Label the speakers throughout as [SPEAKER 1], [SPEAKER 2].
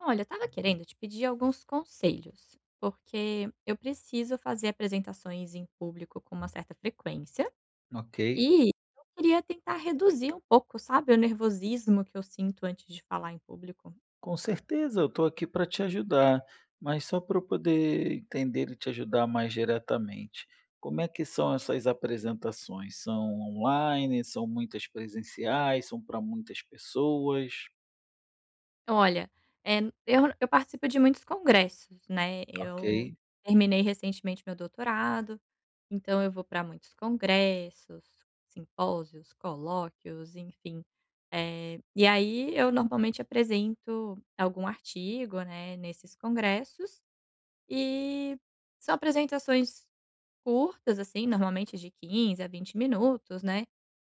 [SPEAKER 1] Olha, eu estava querendo te pedir alguns conselhos, porque eu preciso fazer apresentações em público com uma certa frequência
[SPEAKER 2] Ok,
[SPEAKER 1] e eu queria tentar reduzir um pouco, sabe, o nervosismo que eu sinto antes de falar em público.
[SPEAKER 2] com certeza, eu estou aqui para te ajudar, mas só para eu poder entender e te ajudar mais diretamente. Como é que são essas apresentações? São online? São muitas presenciais? São para muitas pessoas?
[SPEAKER 1] Olha, eh, eu participo de muitos congressos, né?
[SPEAKER 2] Ok,
[SPEAKER 1] Eu terminei recentemente meu doutorado. Então eu vou para muitos congressos, simpósios, colóquios, enfim. E aí eu normalmente apresento algum artigo, né, nesses congressos, e são apresentações curtas, assim, normalmente de 15 a 20 minutos, né.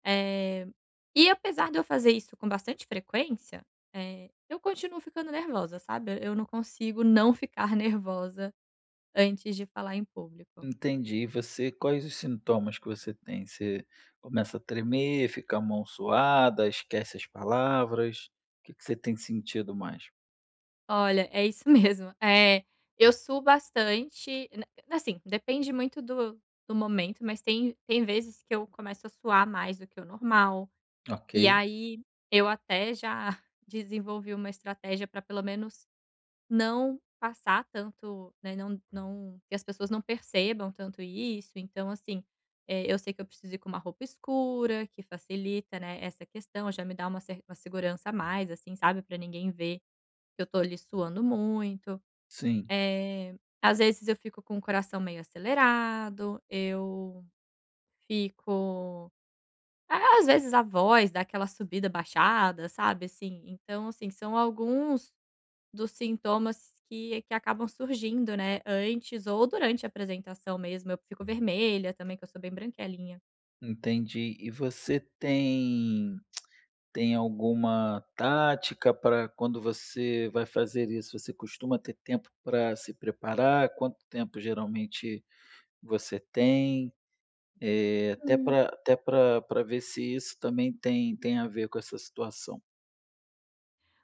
[SPEAKER 1] Eh, e apesar de eu fazer isso com bastante frequência, eu continuo ficando nervosa, sabe. Eu não consigo não ficar nervosa antes de falar em público.
[SPEAKER 2] entendi. Quais os sintomas que você tem? Você começa a tremer, fica a mão suada, esquece as palavras? O que que você tem sentido mais?
[SPEAKER 1] Olha, é isso mesmo. Eu suo bastante, na assim, depende muito do do momento, mas tem vezes que eu começo a suar mais do que o normal,
[SPEAKER 2] Ok,
[SPEAKER 1] e aí eu até já desenvolvi uma estratégia para pelo menos não passar tanto, né, não que as pessoas não percebam tanto isso, então assim, eu sei que eu preciso ir com uma roupa escura, que facilita, né, essa questão, já me dá uma cer uma segurança a mais, assim, sabe, para ninguém ver eu tô ali suando muito.
[SPEAKER 2] sim,
[SPEAKER 1] Eh, Às vezes eu fico com o coração meio acelerado, eu fico a às vezes a voz dá aquela subida, baixada, sabe, assim. Então, assim, são alguns dos sintomas que acabam surgindo, né, antes ou durante a apresentação mesmo. Eu fico vermelha também, que eu sou bem branquelinha.
[SPEAKER 2] entendi. E você tem Tem alguma tática para quando você vai fazer isso? Você costuma ter tempo para se preparar? Quanto tempo geralmente você tem? Até para ver se isso também tem a ver com essa situação.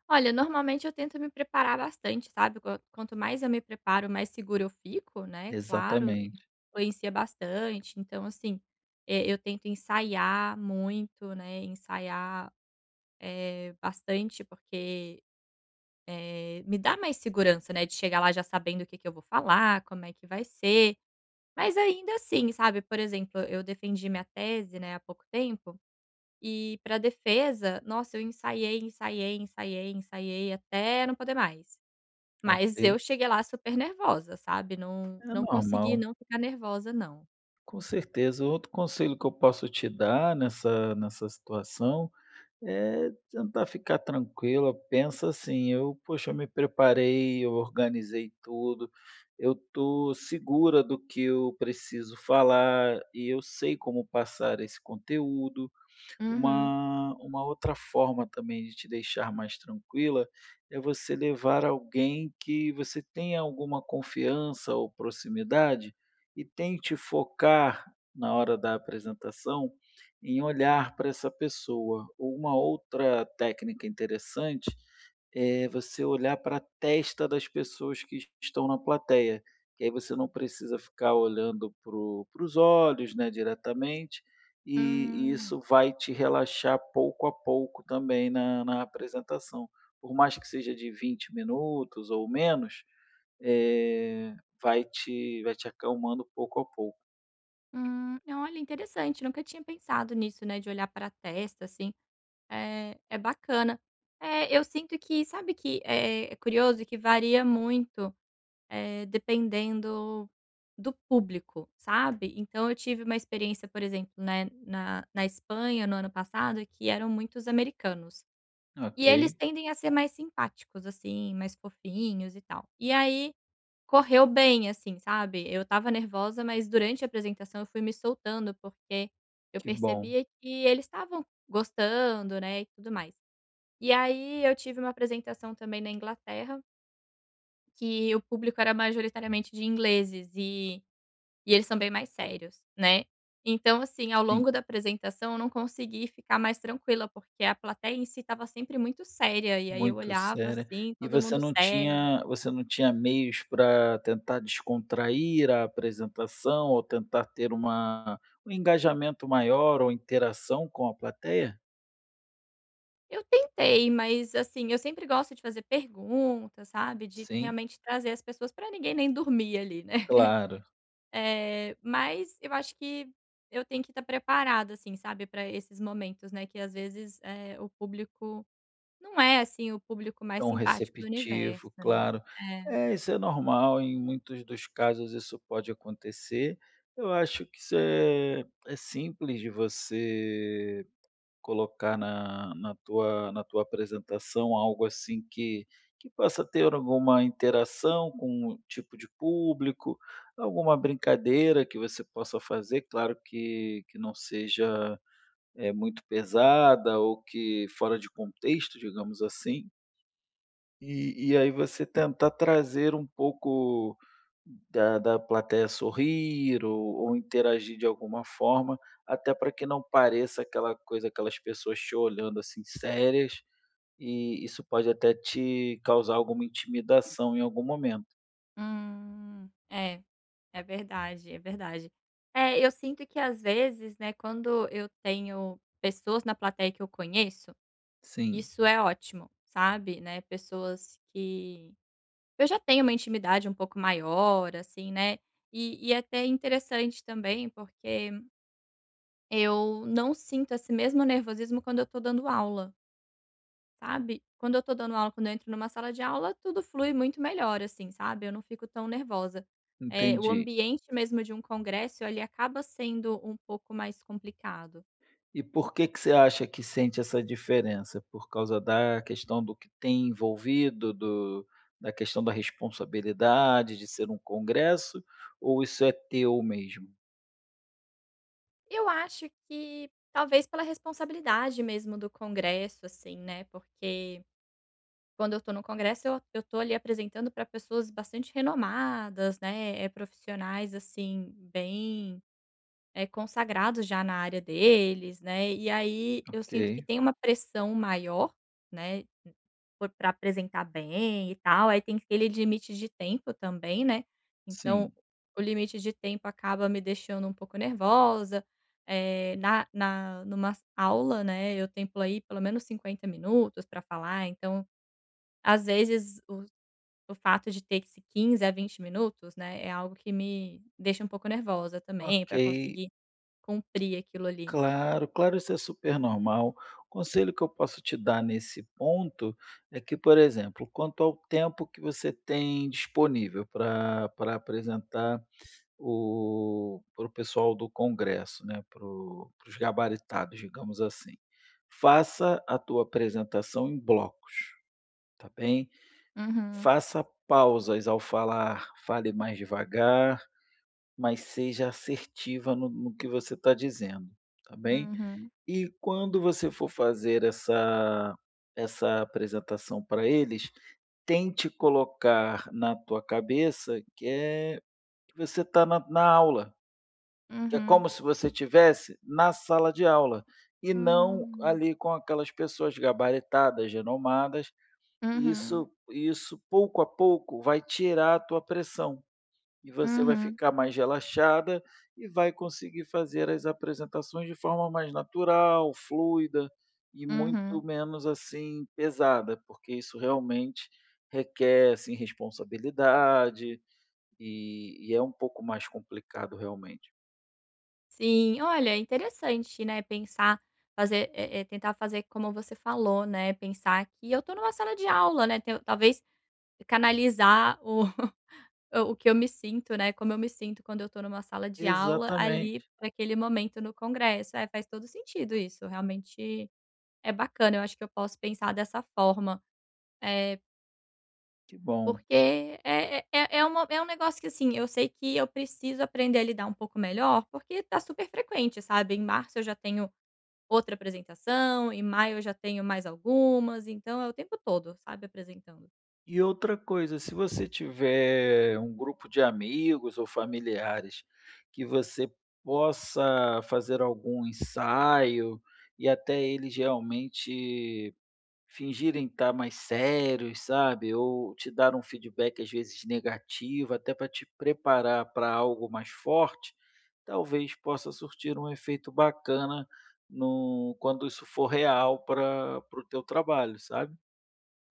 [SPEAKER 1] Olha, normalmente eu tento me preparar bastante, sabe, quan quanto mais eu me preparo, mais seguro eu fico, né, claro,
[SPEAKER 2] Exatamente.
[SPEAKER 1] influencia bastante. Então, assim, eu tento ensaiar muito, né, ensaiar, bastante, porque, me dá mais segurança, né, de chegar lá já sabendo o que que eu vou falar, como é que vai ser. Mas ainda assim, sabe, por exemplo, eu defendi minha tese, né, há pouco tempo, e para defesa, nossa, eu ensaiei, ensaiei, ensaiei, ensaiei até não poder mais. Mas
[SPEAKER 2] Ok.
[SPEAKER 1] eu cheguei lá super nervosa, sabe, não
[SPEAKER 2] É
[SPEAKER 1] não consegui
[SPEAKER 2] normal.
[SPEAKER 1] não ficar nervosa não.
[SPEAKER 2] Com certeza. Outro conselho que eu posso te dar nessa situação é tentar ficar tranquila, pensa assim: "Eu, poxa, eu me preparei, eu organizei tudo, eu tô segura do que eu preciso falar e eu sei como passar esse conteúdo".
[SPEAKER 1] Uhum.
[SPEAKER 2] Uma outra forma também de te deixar mais tranquila é você levar alguém que você tenha alguma confiança ou proximidade e tente focar na hora da apresentação em olhar para essa pessoa. Uma outra técnica interessante é você olhar para a testa das pessoas que estão na plateia, que aí você não precisa ficar olhando para os olhos, né, diretamente, e
[SPEAKER 1] Hum.
[SPEAKER 2] isso vai te relaxar pouco a pouco também na apresentação. Por mais que seja de 20 minutos ou menos, eh, vai te acalmando pouco a pouco.
[SPEAKER 1] É, olha, interessante, nunca tinha pensado nisso, né, de olhar para a testa, assim, é é bacana. É, eu sinto que sabe que é é curioso que varia muito, dependendo do público, sabe. Então eu tive uma experiência, por exemplo, né, na na Espanha no ano passado que eram muitos americanos.
[SPEAKER 2] Ok,
[SPEAKER 1] E eles tendem a ser mais simpáticos, assim, mais fofinhos e tal. E aí, correu bem, assim, sabe. Eu estava nervosa, mas durante a apresentação eu fui me soltando, porque eu
[SPEAKER 2] que bom.
[SPEAKER 1] percebia que eles estavam gostando, né, e tudo mais. E aí eu tive uma apresentação também na Inglaterra, que o público era majoritariamente de ingleses e eles são bem mais sérios, né. Então, assim, ao
[SPEAKER 2] Sim,
[SPEAKER 1] longo da apresentação eu não consegui ficar mais tranquila, porque a plateia em si estava sempre muito séria, e aí eu
[SPEAKER 2] muito
[SPEAKER 1] olhava,
[SPEAKER 2] séria.
[SPEAKER 1] assim,
[SPEAKER 2] E
[SPEAKER 1] todo mundo sério.
[SPEAKER 2] você não tinha meios para tentar descontrair a apresentação ou tentar ter uma um engajamento maior ou interação com a plateia?
[SPEAKER 1] Eu tentei, mas, assim, eu sempre gosto de fazer perguntas, sabe, de
[SPEAKER 2] Sim,
[SPEAKER 1] realmente trazer as pessoas para ninguém nem dormir ali, né.
[SPEAKER 2] claro.
[SPEAKER 1] Mas eu acho que eu tenho que estar preparada, assim, sabe, para esses momentos, né, que às vezes, o público não é, assim, o público mais
[SPEAKER 2] Tão
[SPEAKER 1] simpático do universo,
[SPEAKER 2] receptivo,
[SPEAKER 1] né.
[SPEAKER 2] claro.
[SPEAKER 1] É.
[SPEAKER 2] É, isso é normal, em muitos dos casos isso pode acontecer. Eu acho que é simples de você colocar na tua apresentação algo assim que possa ter alguma interação com o tipo de público, alguma brincadeira que você possa fazer, claro que não seja, muito pesada ou que fora de contexto, digamos assim. E aí você tentar trazer um pouco da plateia sorrir ou interagir de alguma forma, até para que não pareça aquela coisa, aquelas pessoas te olhando, assim, sérias, e isso pode até te causar alguma intimidação em algum momento.
[SPEAKER 1] É, é verdade, é verdade. É, eu sinto que às vezes, né, quando eu tenho pessoas na plateia que eu conheço,
[SPEAKER 2] Sim,
[SPEAKER 1] isso é ótimo, sabe, né, pessoas que eu já tenho uma intimidade um pouco maior, assim, né, e é até interessante também, porque eu não sinto esse mesmo nervosismo quando eu tô dando aula. Sabe? Quando eu tô dando aula, quando eu entro numa sala de aula, tudo flui muito melhor, assim, sabe? Eu não fico tão nervosa. O
[SPEAKER 2] entendi.
[SPEAKER 1] ambiente mesmo de um congresso, ele acaba sendo um pouco mais complicado.
[SPEAKER 2] E por que que você acha que sente essa diferença? Por causa da questão do que tem envolvido, do da questão da responsabilidade de ser um congresso, ou isso é teu mesmo?
[SPEAKER 1] Eu acho que talvez pela responsabilidade mesmo do congresso, assim, né? Porque quando eu tô no congresso, eu tô ali apresentando para pessoas bastante renomadas, né? É, profissionais, assim, bem consagrados já na área deles, né, e aí eu sinto
[SPEAKER 2] Ok,
[SPEAKER 1] que tem uma pressão maior, né, para apresentar bem e tal, aí tem aquele limite de tempo também, né,
[SPEAKER 2] sim.
[SPEAKER 1] então o limite de tempo acaba me deixando um pouco nervosa, na na numa aula, né, eu templo aí pelo menos 50 minutos para falar, então às vezes o fato de ter esse 15 a 20 minutos, né, é algo que me deixa um pouco nervosa também
[SPEAKER 2] Ok,
[SPEAKER 1] para conseguir cumprir aquilo ali.
[SPEAKER 2] claro, claro, isso é super normal. O conselho que eu posso te dar nesse ponto é que, por exemplo, quanto ao tempo que você tem disponível para apresentar o para o pessoal do congresso, né, para os gabaritados, digamos assim. Faça a tua apresentação em blocos, tá bem?
[SPEAKER 1] Uhum,
[SPEAKER 2] Faça pausas ao falar, fale mais devagar, mas seja assertiva no que você está dizendo, tá bem?
[SPEAKER 1] uhum,
[SPEAKER 2] E quando você for fazer essa apresentação para eles, tente colocar na tua cabeça que é que você está na aula. É
[SPEAKER 1] uhum,
[SPEAKER 2] como se você tivesse na sala de aula, e não
[SPEAKER 1] hum,
[SPEAKER 2] ali com aquelas pessoas gabaritadas, renomadas,
[SPEAKER 1] uhum,
[SPEAKER 2] isso pouco a pouco vai tirar a tua pressão, e você vai
[SPEAKER 1] uhum,
[SPEAKER 2] ficar mais relaxada e vai conseguir fazer as apresentações de forma mais natural, fluida e muito
[SPEAKER 1] uhum.
[SPEAKER 2] menos, assim, pesada, porque isso realmente requer, assim, responsabilidade, e é um pouco mais complicado realmente.
[SPEAKER 1] Sim, olha, interessante, né, pensar, fazer, tentar fazer como você falou, né, pensar que eu tô numa sala de aula, né, te talvez canalizar o o que eu me sinto, né, como eu me sinto quando eu tô numa sala de aula, ali,
[SPEAKER 2] Exatamente.
[SPEAKER 1] pra aquele momento no congresso. É, faz todo sentido isso, realmente é bacana, eu acho que eu posso pensar dessa forma. Eh
[SPEAKER 2] Que bom.
[SPEAKER 1] Porque é é é é uma é um negócio que, assim, eu sei que eu preciso aprender a lidar um pouco melhor, porque tá super frequente, sabe. Em março eu já tenho outra apresentação, em maio eu já tenho mais algumas, então é o tempo todo, sabe, apresentando.
[SPEAKER 2] E outra coisa, se você tiver um grupo de amigos ou familiares que você possa fazer algum ensaio e até eles realmente fingirem estar mais sérios, sabe? Ou te dar um feedback às vezes negativo, até para te preparar para algo mais forte, talvez possa surtir um efeito bacana no, quando isso for real para o teu trabalho, sabe?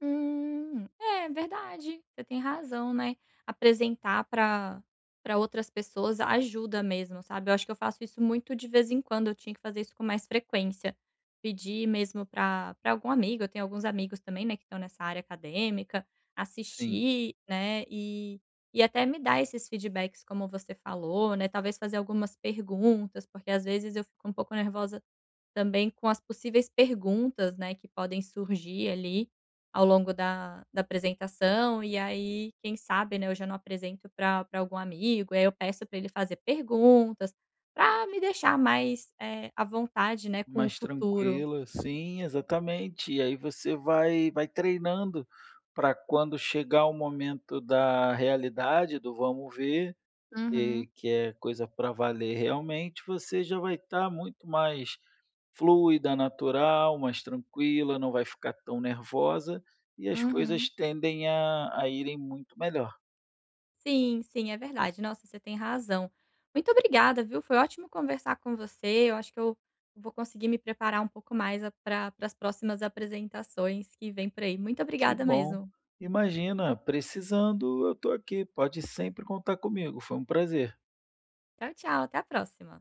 [SPEAKER 1] É verdade, você tem razão, né. Apresentar para para outras pessoas ajuda mesmo, sabe. Eu acho que eu faço isso muito de vez em quando, eu tinha que fazer isso com mais frequência. Pedir mesmo para para algum amigo, eu tenho alguns amigos também, né, que estão nessa área acadêmica,
[SPEAKER 2] Sim.
[SPEAKER 1] assistir, né, e até me dar esses feedbacks como você falou, né, talvez fazer algumas perguntas, porque às vezes eu fico um pouco nervosa também com as possíveis perguntas, né, que podem surgir ali ao longo da da apresentação, e aí quem sabe, né, eu já não apresento para pra algum amigo, e aí eu peço para ele fazer perguntas, para me deixar mais, à vontade, né, com o
[SPEAKER 2] Mais
[SPEAKER 1] futuro.
[SPEAKER 2] tranquila, sim, exatamente. E aí você vai treinando para quando chegar o momento da realidade, do vamos ver,
[SPEAKER 1] Uhum,
[SPEAKER 2] que é coisa para valer realmente, você já vai estar muito mais fluida, natural, mais tranquila, não vai ficar tão nervosa e as coisas
[SPEAKER 1] uhum.
[SPEAKER 2] tendem a irem muito melhor.
[SPEAKER 1] Sim, sim, é verdade. Nossa, você tem razão. Muito obrigada, viu, foi ótimo conversar com você, eu acho que eu vou conseguir me preparar um pouco mais a para as próximas apresentações que vem por aí. Muito
[SPEAKER 2] Que
[SPEAKER 1] obrigada
[SPEAKER 2] bom.
[SPEAKER 1] mesmo.
[SPEAKER 2] Imagina, precisando, eu estou aqui, pode sempre contar comigo, foi um prazer.
[SPEAKER 1] Tchau, tchau. Até a próxima.